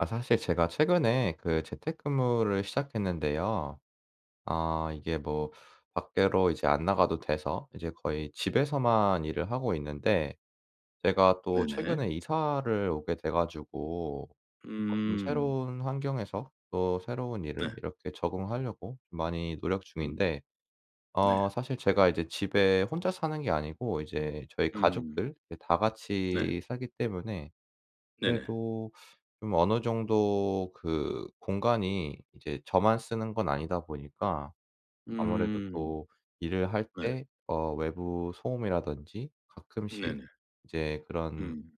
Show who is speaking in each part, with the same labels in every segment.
Speaker 1: 사실 제가 최근에 그 재택근무를 시작했는데요. 이게 뭐 밖으로 이제 안 나가도 돼서 이제 거의 집에서만 일을 하고 있는데, 제가 또
Speaker 2: 네네.
Speaker 1: 최근에 이사를 오게 돼 가지고 좀
Speaker 2: 음.
Speaker 1: 새로운 환경에서 또 새로운 일을
Speaker 2: 네.
Speaker 1: 이렇게 적응하려고 좀 많이 노력
Speaker 2: 음.
Speaker 1: 중인데,
Speaker 2: 네.
Speaker 1: 사실 제가 이제 집에 혼자 사는 게 아니고 이제 저희
Speaker 2: 음.
Speaker 1: 가족들 이제 다
Speaker 2: 네.
Speaker 1: 같이 살기 때문에,
Speaker 2: 네네.
Speaker 1: 그래도 좀 어느 정도 그 공간이 이제 저만 쓰는 건 아니다 보니까 아무래도
Speaker 2: 음.
Speaker 1: 또 일을 할
Speaker 2: 네.
Speaker 1: 때 외부 소음이라든지 가끔씩
Speaker 2: 네네.
Speaker 1: 이제 그런
Speaker 2: 음.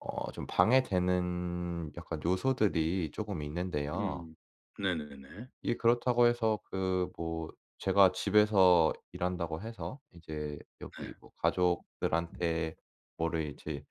Speaker 1: 좀 방해되는 약간 요소들이 쪼금 있는데요.
Speaker 2: 음. 네네네.
Speaker 1: 이게 그렇다고 해서 그 뭐 제가 집에서 일한다고 해서 이제
Speaker 2: 네.
Speaker 1: 여기 뭐 가족들한테 뭐를 이제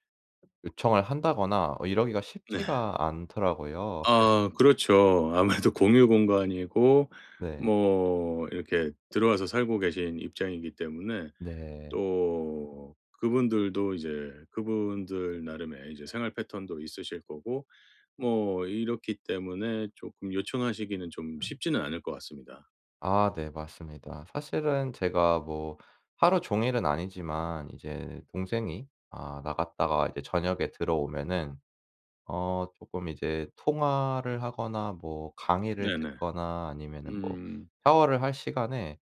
Speaker 1: 요청을 한다거나 이러기가
Speaker 2: 네.
Speaker 1: 쉽지가 않더라고요.
Speaker 2: 아 그렇죠. 아무래도 공유 공간이고
Speaker 1: 네.
Speaker 2: 뭐 이렇게 들어와서 살고 계신 입장이기 때문에
Speaker 1: 네.
Speaker 2: 또 그분들도 이제 그분들 나름의 이제 생활 패턴도 있으실 거고 뭐 이렇기 때문에 쪼끔 요청하시기는 좀 쉽지는 않을 것 같습니다.
Speaker 1: 아 네, 맞습니다. 사실은 제가 뭐 하루 종일은 아니지만 이제 동생이 나갔다가 이제 저녁에 들어오면은 쪼끔 이제 통화를 하거나 뭐 강의를
Speaker 2: 네네.
Speaker 1: 듣거나 아니면은 뭐
Speaker 2: 음.
Speaker 1: 샤워를 할 시간에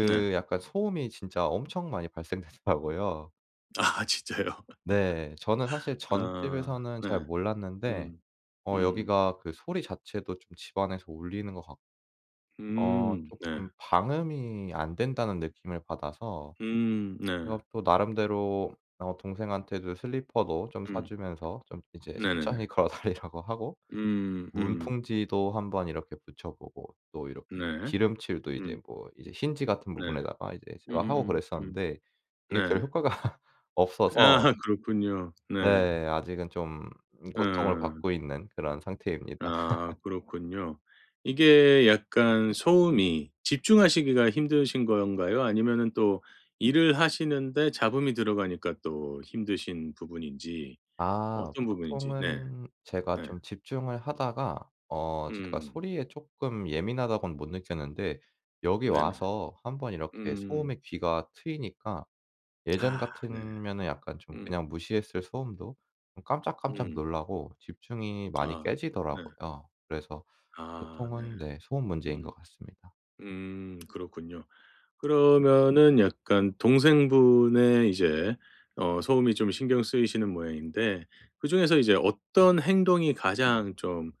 Speaker 2: 네.
Speaker 1: 약간 소음이 진짜 엄청 많이 발생되더라고요.
Speaker 2: 아 진짜요?
Speaker 1: 네. 저는 사실
Speaker 2: 아
Speaker 1: 전집에서는 잘
Speaker 2: 네.
Speaker 1: 몰랐는데
Speaker 2: 음. 음.
Speaker 1: 여기가 그 소리 자체도 좀 집안에서 울리는 것 같고,
Speaker 2: 네.
Speaker 1: 쪼끔 방음이 안 된다는 느낌을 받아서 제가
Speaker 2: 네.
Speaker 1: 또 나름대로 동생한테도 슬리퍼도 좀 사
Speaker 2: 음.
Speaker 1: 주면서 좀 이제
Speaker 2: 네네네.
Speaker 1: 천천히 걸어 다니라고 하고,
Speaker 2: 음 음.
Speaker 1: 문풍지도 한번 이렇게 붙여 보고 또 이렇게
Speaker 2: 네.
Speaker 1: 기름칠도 이제
Speaker 2: 음
Speaker 1: 뭐 이제 힌지 같은
Speaker 2: 네.
Speaker 1: 부분에다가 이제 제가 하고
Speaker 2: 음음음 음. 음,
Speaker 1: 그랬었는데 이게 별
Speaker 2: 네.
Speaker 1: 효과가 없어서
Speaker 2: 아 그렇군요. 네.
Speaker 1: 네, 아직은 좀 고통을
Speaker 2: 어.
Speaker 1: 받고 있는 그런 상태입니다.
Speaker 2: 아 그렇군요. 이게 약간 소음이 집중하시기가 힘드신 건가요? 아니면은 또 일을 하시는데 잡음이 들어가니까 또 힘드신 부분인지.
Speaker 1: 아
Speaker 2: 어떤 부분인지. 네.
Speaker 1: 보통은 제가
Speaker 2: 네.
Speaker 1: 좀 집중을 하다가 제가
Speaker 2: 음.
Speaker 1: 소리에 쪼끔 예민하다고는 못 느꼈는데, 여기
Speaker 2: 네네
Speaker 1: 와서 한번 이렇게
Speaker 2: 음.
Speaker 1: 소음에 귀가 트이니까 예전
Speaker 2: 아 네.
Speaker 1: 같으면은 약간 좀
Speaker 2: 음.
Speaker 1: 그냥 무시했을 소음도 좀 깜짝깜짝
Speaker 2: 음.
Speaker 1: 놀라고 집중이 많이
Speaker 2: 아 네.
Speaker 1: 깨지더라고요. 그래서
Speaker 2: 아 네.
Speaker 1: 보통은 네, 소음 문제인
Speaker 2: 음.
Speaker 1: 것 같습니다.
Speaker 2: 그렇군요. 그러면은 약간 동생분의 이제 어 소음이 좀 신경 쓰이시는 모양인데 그중에서 이제 어떤 행동이 가장 좀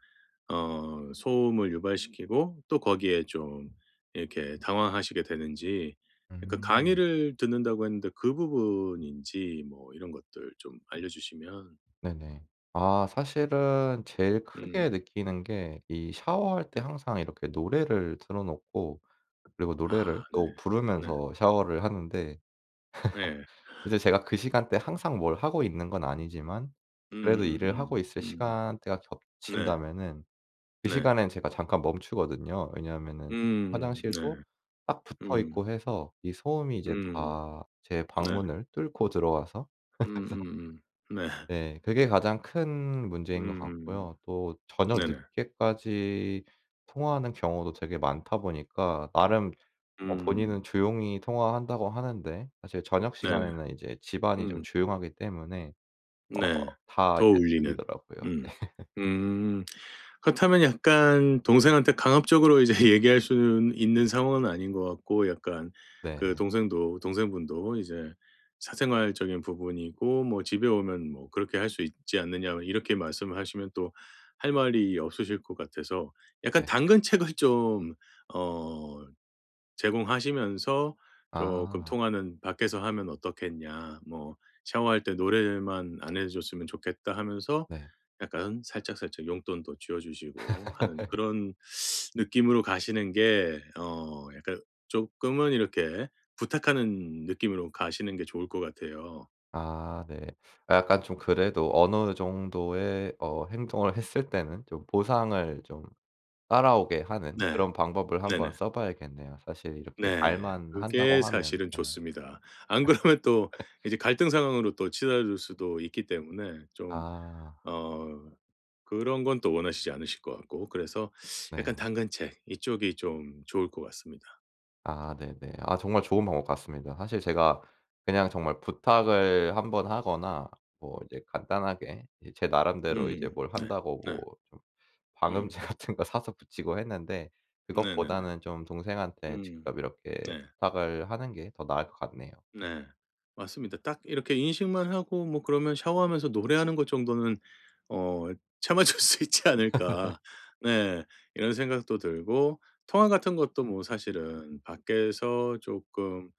Speaker 2: 어 소음을 유발시키고 또 거기에 좀 이렇게 당황하시게 되는지 약간
Speaker 1: 음.
Speaker 2: 강의를 듣는다고 했는데 그 부분인지 뭐 이런 것들 좀 알려주시면.
Speaker 1: 네네. 아 사실은 제일 크게
Speaker 2: 음.
Speaker 1: 느끼는 게 이 샤워할 때 항상 이렇게 노래를 틀어 놓고, 그리고
Speaker 2: 아
Speaker 1: 노래를
Speaker 2: 네.
Speaker 1: 또
Speaker 2: 네.
Speaker 1: 부르면서 샤워를 하는데
Speaker 2: 네
Speaker 1: 이제 제가 그 시간대에 항상 뭘 하고 있는 건 아니지만 그래도 일을
Speaker 2: 음음.
Speaker 1: 하고 있을
Speaker 2: 음.
Speaker 1: 시간대가
Speaker 2: 네.
Speaker 1: 겹친다면은 그
Speaker 2: 네.
Speaker 1: 시간엔 제가 잠깐 멈추거든요. 왜냐하면은
Speaker 2: 음. 네.
Speaker 1: 화장실도 딱 붙어
Speaker 2: 음.
Speaker 1: 있고 해서 이 소음이 이제
Speaker 2: 음.
Speaker 1: 다 제
Speaker 2: 네.
Speaker 1: 방문을 뚫고 들어와서 그래서
Speaker 2: 음음음. 네.
Speaker 1: 네, 그게 가장 큰 문제인 것
Speaker 2: 음.
Speaker 1: 같고요. 또 저녁
Speaker 2: 네네.
Speaker 1: 늦게까지 통화하는 경우도 되게 많다 보니까 나름
Speaker 2: 음.
Speaker 1: 본인은 조용히 통화한다고 하는데, 사실 저녁
Speaker 2: 네 네.
Speaker 1: 시간에는 이제 집안이 좀
Speaker 2: 음.
Speaker 1: 조용하기 때문에 어
Speaker 2: 네.
Speaker 1: 다
Speaker 2: 더
Speaker 1: 이제
Speaker 2: 울리는.
Speaker 1: 들리더라고요.
Speaker 2: 음. 음. 그렇다면 약간 동생한테 강압적으로 이제 얘기할 수는 있는 상황은 아닌 것 같고 약간 그
Speaker 1: 네.
Speaker 2: 동생도 동생분도 이제 사생활적인 부분이고 뭐 "집에 오면 뭐 그렇게 할 수 있지 않느냐." 뭐 이렇게 말씀을 하시면 또 할 말이 없으실 것 같아서 약간
Speaker 1: 네.
Speaker 2: 당근책을 좀 어 제공하시면서 "조금
Speaker 1: 아
Speaker 2: 통화는 밖에서 하면 어떻겠냐." 뭐 샤워할 때 "노래만 안 해 줬으면 좋겠다." 하면서
Speaker 1: 네.
Speaker 2: 약간 살짝살짝 용돈도 쥐어 주시고 하는 그런 느낌으로 가시는 게 어 약간 조금은 이렇게 부탁하는 느낌으로 가시는 게 좋을 것 같아요.
Speaker 1: 아 네, 약간 좀 그래도 어느 정도의 행동을 했을 때는 좀 보상을 좀 따라오게 하는
Speaker 2: 네.
Speaker 1: 그런 방법을 한번
Speaker 2: 네네.
Speaker 1: 써 봐야겠네요. 사실 이렇게
Speaker 2: 네.
Speaker 1: 말만
Speaker 2: 그게
Speaker 1: 한다고 하면
Speaker 2: 사실은
Speaker 1: 네.
Speaker 2: 좋습니다. 안 그러면 또 이제 갈등 상황으로 또 치달을 수도 있기 때문에 좀
Speaker 1: 아
Speaker 2: 어 그런 건 또 원하시지 않으실 것 같고 그래서 약간
Speaker 1: 네.
Speaker 2: 당근책 이쪽이 좀 좋을 것 같습니다.
Speaker 1: 아 네네. 아 정말 좋은 방법 같습니다. 사실 제가 그냥 정말 부탁을 한번 하거나 뭐 이제 간단하게 이 제 나름대로 이제 뭘
Speaker 2: 네.
Speaker 1: 한다고
Speaker 2: 네.
Speaker 1: 뭐 좀
Speaker 2: 음.
Speaker 1: 방음제 같은 거 사서 붙이고 했는데
Speaker 2: 네네네.
Speaker 1: 그것보다는 좀 동생한테
Speaker 2: 음.
Speaker 1: 직접 이렇게
Speaker 2: 네.
Speaker 1: 부탁을 하는 게 더 나을 것 같네요.
Speaker 2: 네. 맞습니다. 딱 이렇게 인식만 하고 뭐 그러면 샤워하면서 노래하는 것 정도는 어 참아줄 수 있지 않을까. 네. 이런 생각도 들고 통화 같은 것도 뭐 사실은 밖에서 조금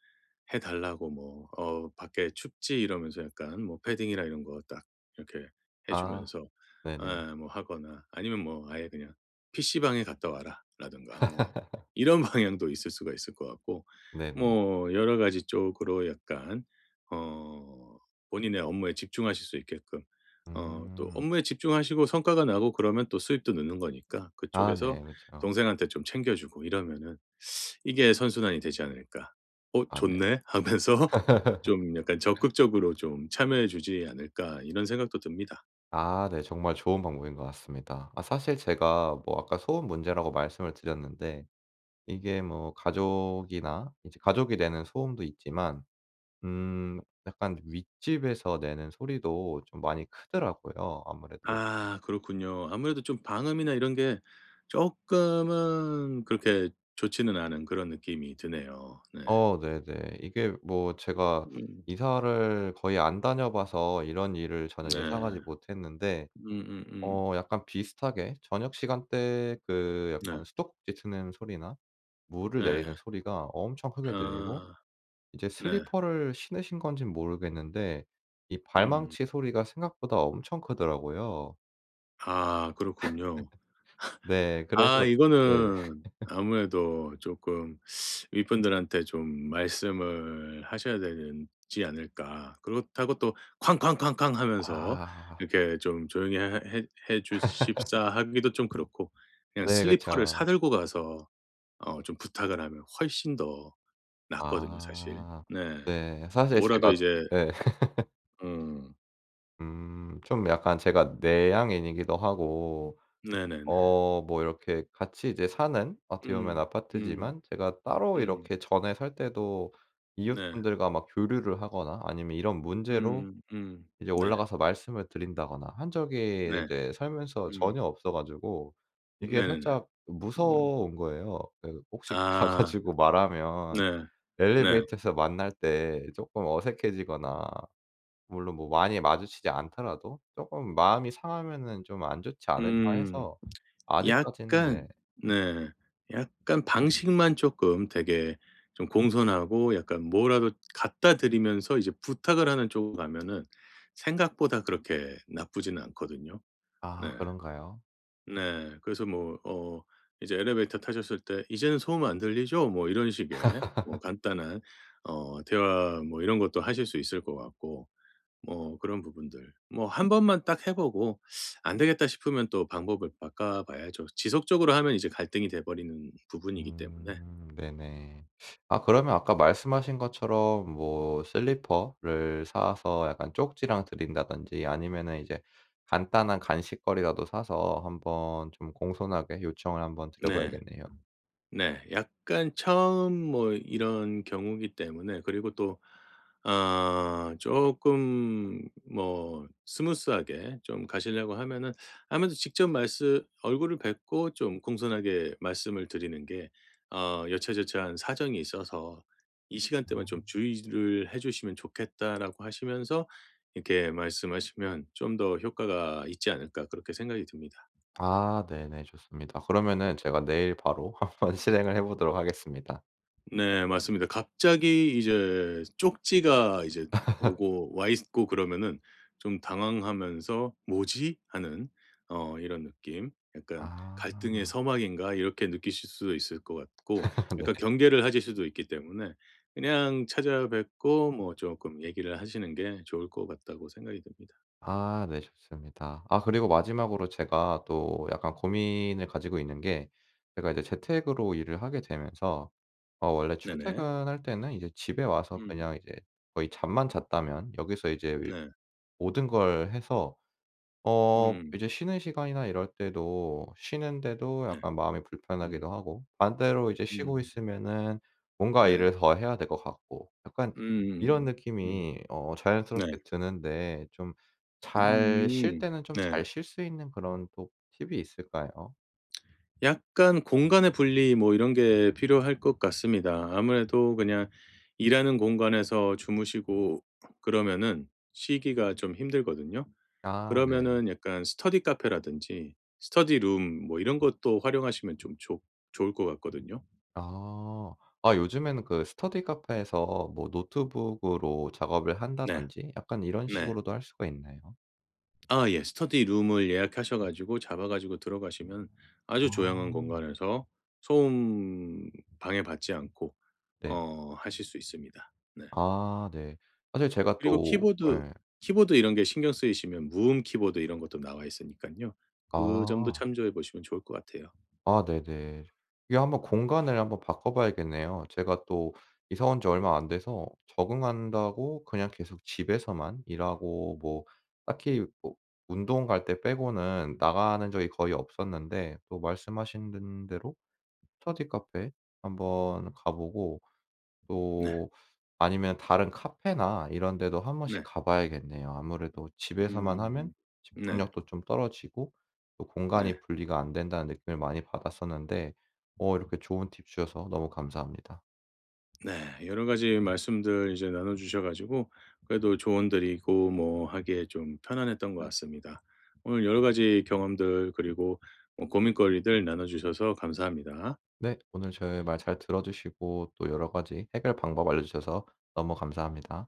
Speaker 2: 해 달라고 뭐 "어 밖에 춥지." 이러면서 약간 뭐 패딩이나 이런 거 딱 이렇게 해
Speaker 1: 아
Speaker 2: 주면서
Speaker 1: 네네.
Speaker 2: 아 뭐 하거나 아니면 뭐 아예 그냥 "PC방에 갔다 와라."라든가 뭐 이런 방향도 있을 수가 있을 것 같고
Speaker 1: 네네.
Speaker 2: 뭐 여러 가지 쪽으로 약간 어 본인의 업무에 집중하실 수 있게끔 어 또
Speaker 1: 음.
Speaker 2: 업무에 집중하시고 성과가 나고 그러면 또 수입도 느는 거니까
Speaker 1: 아
Speaker 2: 그쪽에서
Speaker 1: 네. 그렇죠.
Speaker 2: 동생한테 좀 챙겨 주고 이러면은 이게 선순환이 되지 않을까. '어
Speaker 1: 아 네.
Speaker 2: 좋네.' 하면서 좀 약간 적극적으로 좀 참여해 주지 않을까 이런 생각도 듭니다.
Speaker 1: 아 네, 정말 좋은 방법인 것 같습니다. 아 사실 제가 뭐 아까 소음 문제라고 말씀을 드렸는데, 이게 뭐 가족이나 이제 가족이 내는 소음도 있지만 음 약간 윗집에서 내는 소리도 좀 많이 크더라고요 아무래도.
Speaker 2: 아 그렇군요. 아무래도 좀 방음이나 이런 게 조금은 그렇게 좋지는 않은 그런 느낌이 드네요. 네.
Speaker 1: 어 네네. 이게 뭐 제가
Speaker 2: 음.
Speaker 1: 이사를 거의 안 다녀 봐서 이런 일을 전혀 예상하지
Speaker 2: 네.
Speaker 1: 못했는데
Speaker 2: 음음음.
Speaker 1: 약간 비슷하게 저녁 시간대 그
Speaker 2: 네.
Speaker 1: 약간 수도꼭지 트는 소리나 물을
Speaker 2: 네,
Speaker 1: 내리는 소리가 엄청 크게 들리고,
Speaker 2: 아
Speaker 1: 이제
Speaker 2: 네.
Speaker 1: 슬리퍼를 신으신 건진 모르겠는데 이
Speaker 2: 음.
Speaker 1: 발망치 소리가 생각보다 엄청 크더라고요.
Speaker 2: 아 그렇군요.
Speaker 1: 네.
Speaker 2: 아
Speaker 1: 그래서 네.
Speaker 2: 이거는 아무래도 조금 윗분들한테 좀 말씀을 하셔야 되지 않을까. 그렇다고 또 쾅쾅쾅쾅 하면서
Speaker 1: 아.
Speaker 2: 이렇게 좀 조용히 해 해 해 주십사 하기도 좀 그렇고 그냥
Speaker 1: 네.
Speaker 2: 슬리퍼를 사
Speaker 1: 그쵸.
Speaker 2: 들고 가서 어 좀 부탁을 하면 훨씬 더 낫거든요 사실.
Speaker 1: 아.
Speaker 2: 네.
Speaker 1: 네. 사실
Speaker 2: 뭐라도
Speaker 1: 제가
Speaker 2: 이제.
Speaker 1: 예.
Speaker 2: 음
Speaker 1: 좀 약간 제가 내향인이기도 하고
Speaker 2: 네네네.
Speaker 1: 뭐 이렇게 같이 이제 사는 어떻게 보면
Speaker 2: 음. 음.
Speaker 1: 아파트지만 제가 따로
Speaker 2: 음.
Speaker 1: 이렇게 전에 살 때도
Speaker 2: 네.
Speaker 1: 이웃분들과 막 교류를 하거나 아니면 이런 문제로
Speaker 2: 음. 음.
Speaker 1: 이제
Speaker 2: 네.
Speaker 1: 올라가서 말씀을 드린다거나 한 적이
Speaker 2: 네.
Speaker 1: 이제 살면서
Speaker 2: 음.
Speaker 1: 전혀 없어 가지고 이게
Speaker 2: 네네네.
Speaker 1: 살짝
Speaker 2: 음.
Speaker 1: 무서운 거예요. 그 혹시 가
Speaker 2: 아
Speaker 1: 가지고 말하면
Speaker 2: 네. 네.
Speaker 1: 엘리베이터에서 만날 때 쪼끔 어색해지거나, 물론 뭐 많이 마주치지 않더라도 쪼끔 마음이 상하면은 좀 안 좋지 않을까
Speaker 2: 음.
Speaker 1: 해서 아직까지는
Speaker 2: 약간.
Speaker 1: 네.
Speaker 2: 네. 약간 방식만 쪼끔 되게 좀 공손하고 약간 뭐라도 갖다 드리면서 이제 부탁을 하는 쪽으로 가면은 생각보다 그렇게 나쁘지는 않거든요. 네.
Speaker 1: 아 그런가요?
Speaker 2: 네. 그래서 뭐 어 이제 엘리베이터 타셨을 때 "이제는 소음 안 들리죠?" 뭐 이런 식의 뭐 간단한 어 대화 뭐 이런 것도 하실 수 있을 것 같고 뭐 그런 부분들. 뭐 한 번만 딱 해 보고 안 되겠다 싶으면 또 방법을 바꿔 봐야죠. 지속적으로 하면 이제 갈등이 돼 버리는 부분이기 때문에.
Speaker 1: 네네. 아 그러면 아까 말씀하신 것처럼 뭐 슬리퍼를 사서 약간 쪽지랑 드린다든지 아니면은 이제 간단한 간식거리라도 사서 한번 좀 공손하게 요청을 한번 드려
Speaker 2: 네.
Speaker 1: 봐야겠네요.
Speaker 2: 네. 약간 처음 뭐 이런 경우기 때문에 그리고 또 아 조금 뭐 스무스하게 좀 가시려고 하면은 아무래도 직접 말씀 얼굴을 뵙고 좀 공손하게 말씀을 드리는 게 어 "여차저차한 사정이 있어서 이 시간대만 좀 주의를 해 주시면 좋겠다."라고 하시면서 이렇게 말씀하시면 '좀 더 효과가 있지 않을까.' 그렇게 생각이 듭니다.
Speaker 1: 아 네네, 좋습니다. 그러면은 제가 내일 바로 한번 실행을 해 보도록 하겠습니다.
Speaker 2: 네 맞습니다. 갑자기 이제 쪽지가 이제 오고 와 있고 그러면은 좀 당황하면서 '뭐지?' 하는 어 이런 느낌. 약간 '갈등의
Speaker 1: 아
Speaker 2: 서막인가?' 이렇게 느끼실 수도 있을 것 같고
Speaker 1: 네.
Speaker 2: 약간 경계를 하실 수도 있기 때문에 그냥 찾아뵙고 뭐 조금 얘기를 하시는 게 좋을 것 같다고 생각이 듭니다.
Speaker 1: 아 네, 좋습니다. 아 그리고 마지막으로 제가 또 약간 고민을 가지고 있는 게, 제가 이제 재택으로 일을 하게 되면서 원래
Speaker 2: 네네.
Speaker 1: 출퇴근할 때는 이제 집에 와서
Speaker 2: 음.
Speaker 1: 그냥 이제 거의 잠만 잤다면 여기서 이제
Speaker 2: 네.
Speaker 1: 모든 걸 해서
Speaker 2: 음.
Speaker 1: 이제 쉬는 시간이나 이럴 때도 쉬는데도
Speaker 2: 네.
Speaker 1: 약간 마음이
Speaker 2: 음.
Speaker 1: 불편하기도 하고, 반대로 이제 쉬고
Speaker 2: 음
Speaker 1: 있으면은 뭔가
Speaker 2: 네.
Speaker 1: 일을 더 해야 될 것 같고 약간 이런
Speaker 2: 음 음. 음.
Speaker 1: 느낌이
Speaker 2: 네.
Speaker 1: 자연스럽게 드는데, 좀
Speaker 2: 음.
Speaker 1: 잘 쉴
Speaker 2: 음,
Speaker 1: 때는 좀
Speaker 2: 네.
Speaker 1: 잘 쉴 수 있는 그런 또 팁이 있을까요?
Speaker 2: 약간 공간의 분리 뭐 이런 게 필요할 것 같습니다. 아무래도 그냥 일하는 공간에서 주무시고 그러면은 쉬기가 좀 힘들거든요.
Speaker 1: 아 네.
Speaker 2: 그러면은 약간 스터디 카페라든지 스터디 룸 뭐 이런 것도 활용하시면 좀 좋 좋을 것 같거든요.
Speaker 1: 아. 아 요즘에는 그 스터디 카페에서 뭐 노트북으로 작업을
Speaker 2: 네.
Speaker 1: 한다든지 약간 이런
Speaker 2: 네.
Speaker 1: 식으로도 할 수가 있나요?
Speaker 2: 아 예. 스터디 룸을 예약하셔 가지고 잡아 가지고 들어가시면 아주 조용한
Speaker 1: 아.
Speaker 2: 공간에서 소음 방해받지 않고
Speaker 1: 네.
Speaker 2: 어 하실 수 있습니다. 네.
Speaker 1: 아 네. 사실 제가
Speaker 2: 그리고
Speaker 1: 또
Speaker 2: 키보드
Speaker 1: 예.
Speaker 2: 키보드 이런 게 신경 쓰이시면 무음 키보드 이런 것도 나와 있으니깐요. 그 점도
Speaker 1: 아.
Speaker 2: 참조해 보시면 좋을 것 같아요.
Speaker 1: 아 네네. 이게 한번 공간을 한번 바꿔 봐야겠네요. 제가 또 이사 온 지 얼마 안 돼서 적응한다고 그냥 계속 집에서만 일하고 뭐 딱히 뭐 운동 갈 때 빼고는 나가는 적이 거의 없었는데, 또 말씀하신 든 대로 스터디 카페 한번 가 보고,
Speaker 2: 네.
Speaker 1: 또 아니면 다른 카페나 이런 데도 한 번씩
Speaker 2: 네.
Speaker 1: 가 봐야겠네요. 아무래도 집에서만 하면
Speaker 2: 음. 네.
Speaker 1: 집중력도 좀 떨어지고, 또
Speaker 2: 네.
Speaker 1: 공간이 분리가 안 된다는 느낌을 많이 받았었는데 이렇게 좋은 팁 주셔서 너무 감사합니다.
Speaker 2: 네. 여러 가지 말씀들 이제 나눠 주셔 가지고 그래도 조언드리고 뭐 하기에 좀 편안했던 것 같습니다. 오늘 여러 가지 경험들 그리고 뭐 고민거리들 나눠 주셔서 감사합니다.
Speaker 1: 네, 오늘 제 말 잘 들어 주시고 또 여러 가지 해결 방법 알려 주셔서 너무 감사합니다.